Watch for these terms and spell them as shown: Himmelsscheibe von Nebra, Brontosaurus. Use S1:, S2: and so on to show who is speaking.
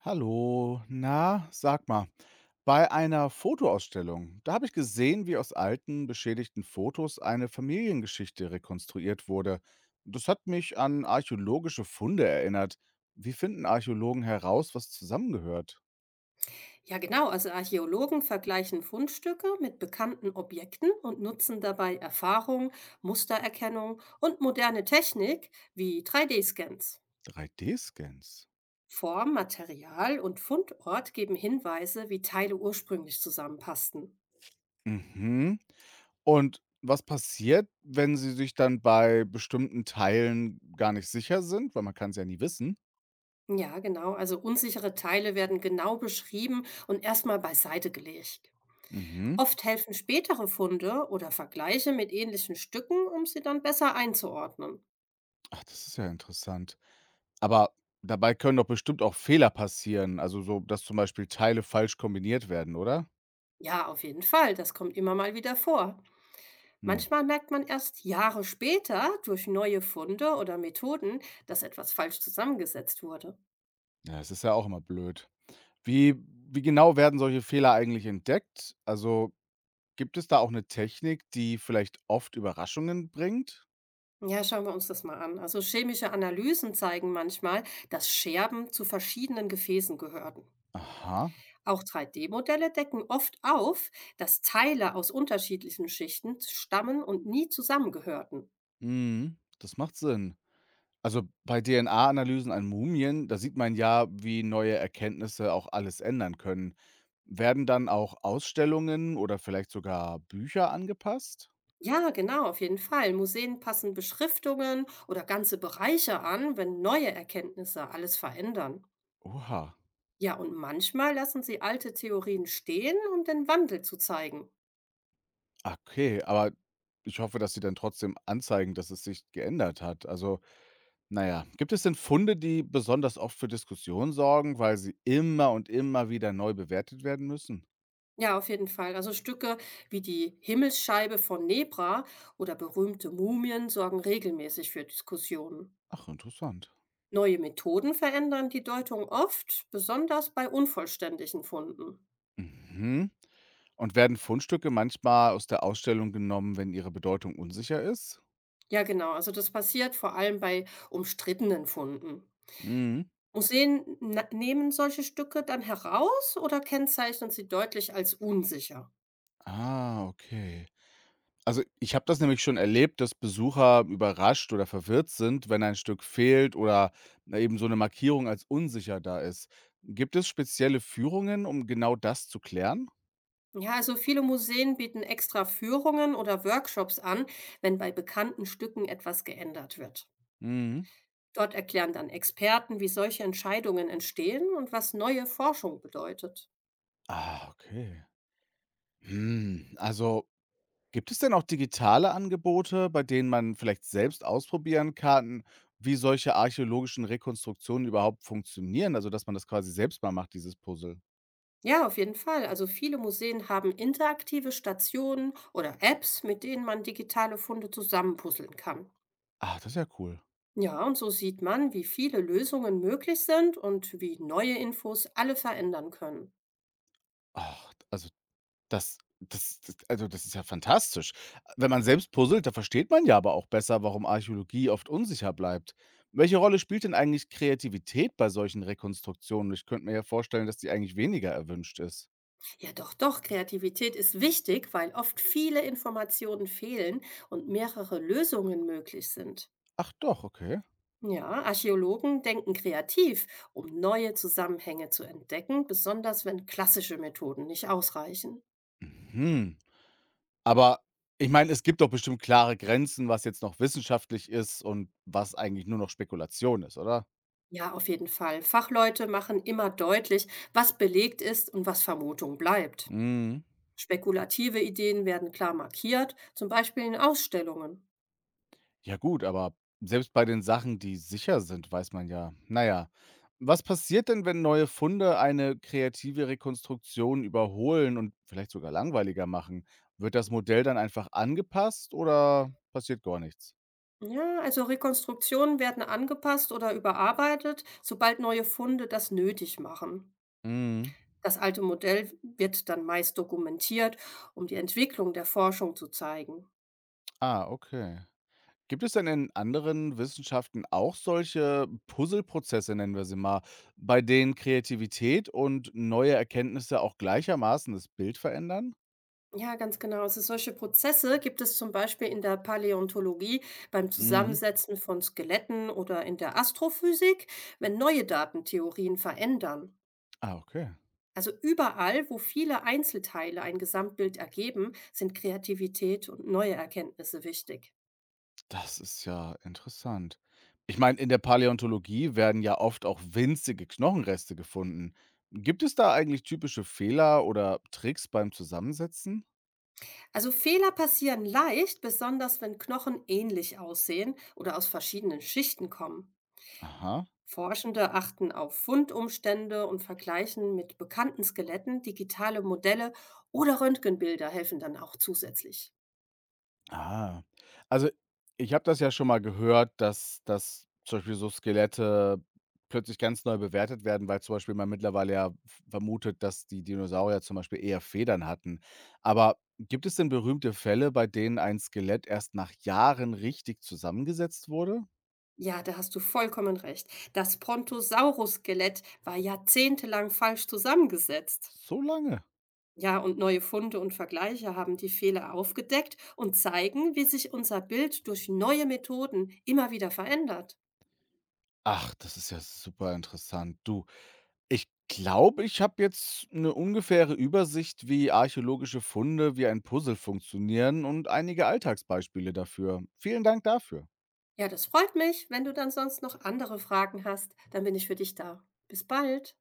S1: Hallo, na, sag mal, bei einer Fotoausstellung, da habe ich gesehen, wie aus alten, beschädigten Fotos eine Familiengeschichte rekonstruiert wurde. Das hat mich an archäologische Funde erinnert. Wie finden Archäologen heraus, was zusammengehört?
S2: Ja, genau. Also Archäologen vergleichen Fundstücke mit bekannten Objekten und nutzen dabei Erfahrung, Mustererkennung und moderne Technik wie 3D-Scans.
S1: 3D-Scans.
S2: Form, Material und Fundort geben Hinweise, wie Teile ursprünglich zusammenpassten.
S1: Mhm. Und was passiert, wenn sie sich dann bei bestimmten Teilen gar nicht sicher sind? Weil man kann es ja nie wissen.
S2: Ja, genau. Also unsichere Teile werden genau beschrieben und erstmal beiseite gelegt.
S1: Mhm.
S2: Oft helfen spätere Funde oder Vergleiche mit ähnlichen Stücken, um sie dann besser einzuordnen.
S1: Ach, das ist ja interessant. Aber dabei können doch bestimmt auch Fehler passieren, also so, dass zum Beispiel Teile falsch kombiniert werden, oder?
S2: Ja, auf jeden Fall. Das kommt immer mal wieder vor.
S1: Hm.
S2: Manchmal merkt man erst Jahre später durch neue Funde oder Methoden, dass etwas falsch zusammengesetzt wurde.
S1: Ja, es ist ja auch immer blöd. Wie wie genau werden solche Fehler eigentlich entdeckt? Also, gibt es da auch eine Technik, die vielleicht oft Überraschungen bringt?
S2: Ja, schauen wir uns das mal an. Also chemische Analysen zeigen manchmal, dass Scherben zu verschiedenen Gefäßen gehörten.
S1: Aha,
S2: Auch 3D-Modelle decken oft auf, dass Teile aus unterschiedlichen Schichten stammen und nie zusammengehörten.
S1: mhm, das macht Sinn. Also, bei DNA-Analysen an Mumien, da sieht man ja, wie neue Erkenntnisse auch alles ändern können. Werden dann auch Ausstellungen oder vielleicht sogar Bücher angepasst?
S2: Ja, genau, auf jeden Fall. Museen passen Beschriftungen oder ganze Bereiche an, wenn neue Erkenntnisse alles verändern.
S1: Oha.
S2: Ja, und manchmal lassen sie alte Theorien stehen, um den Wandel zu zeigen.
S1: Ah, okay, aber ich hoffe, dass sie dann trotzdem anzeigen, dass es sich geändert hat. Also, na ja. Gibt es denn Funde, die besonders oft für Diskussionen sorgen, weil sie immer und immer wieder neu bewertet werden müssen?
S2: Ja, auf jeden Fall. Also Stücke wie die Himmelsscheibe von Nebra oder berühmte Mumien sorgen regelmäßig für Diskussionen.
S1: Ach, interessant.
S2: Neue Methoden verändern die Deutung oft, besonders bei unvollständigen Funden.
S1: Mhm. Und werden Fundstücke manchmal aus der Ausstellung genommen, wenn ihre Bedeutung unsicher ist?
S2: Ja, genau. Also das passiert vor allem bei umstrittenen Funden.
S1: Mhm.
S2: Museen nehmen solche Stücke dann heraus oder kennzeichnen sie deutlich als unsicher.
S1: Ah, okay. Also, ich habe das nämlich schon erlebt, dass Besucher überrascht oder verwirrt sind, wenn ein Stück fehlt oder na, eben so eine Markierung als unsicher da ist. Gibt es spezielle Führungen, um genau das zu klären?
S2: Ja, also viele Museen bieten extra Führungen oder Workshops an, wenn bei bekannten Stücken etwas geändert wird.
S1: Mhm.
S2: Dort erklären dann Experten, wie solche Entscheidungen entstehen und was neue Forschung bedeutet.
S1: Ah, okay. Hm, also, gibt es denn auch digitale Angebote, bei denen man vielleicht selbst ausprobieren kann, wie solche archäologischen Rekonstruktionen überhaupt funktionieren? Also, dass man das quasi selbst mal macht, dieses Puzzle.
S2: Ja, auf jeden Fall. Also viele Museen haben interaktive Stationen oder Apps, mit denen man digitale Funde zusammenpuzzeln kann.
S1: Ah, das ist ja cool.
S2: Ja, und so sieht man, wie viele Lösungen möglich sind und wie neue Infos alle verändern können.
S1: Ach, also das also, das ist ja fantastisch. Wenn man selbst puzzelt, da versteht man ja aber auch besser, warum Archäologie oft unsicher bleibt. Welche Rolle spielt denn eigentlich Kreativität bei solchen Rekonstruktionen? Ich könnte mir ja vorstellen, dass die eigentlich weniger erwünscht ist.
S2: Ja, doch, doch, Kreativität ist wichtig, weil oft viele Informationen fehlen und mehrere Lösungen möglich sind.
S1: Ach doch, okay.
S2: Ja, Archäologen denken kreativ, um neue Zusammenhänge zu entdecken, besonders wenn klassische Methoden nicht ausreichen.
S1: Mhm. Aber ich meine, es gibt doch bestimmt klare Grenzen, was jetzt noch wissenschaftlich ist und was eigentlich nur noch Spekulation ist, oder?
S2: Ja, auf jeden Fall. Fachleute machen immer deutlich, was belegt ist und was Vermutung bleibt.
S1: Mhm.
S2: Spekulative Ideen werden klar markiert, zum Beispiel in Ausstellungen.
S1: Ja gut, aber selbst bei den Sachen, die sicher sind, weiß man ja na ja. Was passiert denn, wenn neue Funde eine kreative Rekonstruktion überholen und vielleicht sogar langweiliger machen? Wird das Modell dann einfach angepasst oder passiert gar nichts?
S2: Ja, also Rekonstruktionen werden angepasst oder überarbeitet, sobald neue Funde das nötig machen.
S1: Mhm.
S2: Das alte Modell wird dann meist dokumentiert, um die Entwicklung der Forschung zu zeigen.
S1: Ah, okay. Gibt es denn in anderen Wissenschaften auch solche Puzzleprozesse, nennen wir sie mal, bei denen Kreativität und neue Erkenntnisse auch gleichermaßen das Bild verändern?
S2: Ja, ganz genau. Also solche Prozesse gibt es zum Beispiel in der Paläontologie beim
S1: Mhm.
S2: Zusammensetzen von Skeletten oder in der Astrophysik, wenn neue Datentheorien verändern.
S1: Ah, okay.
S2: Also überall, wo viele Einzelteile ein Gesamtbild ergeben, sind Kreativität und neue Erkenntnisse wichtig.
S1: Das ist ja interessant. Ich meine, in der Paläontologie werden ja oft auch winzige Knochenreste gefunden. Gibt es da eigentlich typische Fehler oder Tricks beim Zusammensetzen?
S2: Also Fehler passieren leicht, besonders wenn Knochen ähnlich aussehen oder aus verschiedenen Schichten kommen.
S1: Aha.
S2: Forschende achten auf Fundumstände und vergleichen mit bekannten Skeletten, digitale Modelle oder Röntgenbilder helfen dann auch zusätzlich.
S1: Ah. Also, ich habe das ja schon mal gehört, dass zum Beispiel so Skelette plötzlich ganz neu bewertet werden, weil zum Beispiel man mittlerweile ja vermutet, dass die Dinosaurier zum Beispiel eher Federn hatten. Aber gibt es denn berühmte Fälle, bei denen ein Skelett erst nach Jahren richtig zusammengesetzt wurde?
S2: Ja, da hast du vollkommen recht. Das Brontosaurus-Skelett war jahrzehntelang falsch zusammengesetzt.
S1: So lange?
S2: Ja, und neue Funde und Vergleiche haben die Fehler aufgedeckt und zeigen, wie sich unser Bild durch neue Methoden immer wieder verändert.
S1: Ach, das ist ja super interessant. Du, ich glaube, ich habe jetzt eine ungefähre Übersicht, wie archäologische Funde wie ein Puzzle funktionieren und einige Alltagsbeispiele dafür. Vielen Dank dafür.
S2: Ja, das freut mich. Wenn du dann sonst noch andere Fragen hast, dann bin ich für dich da. Bis bald.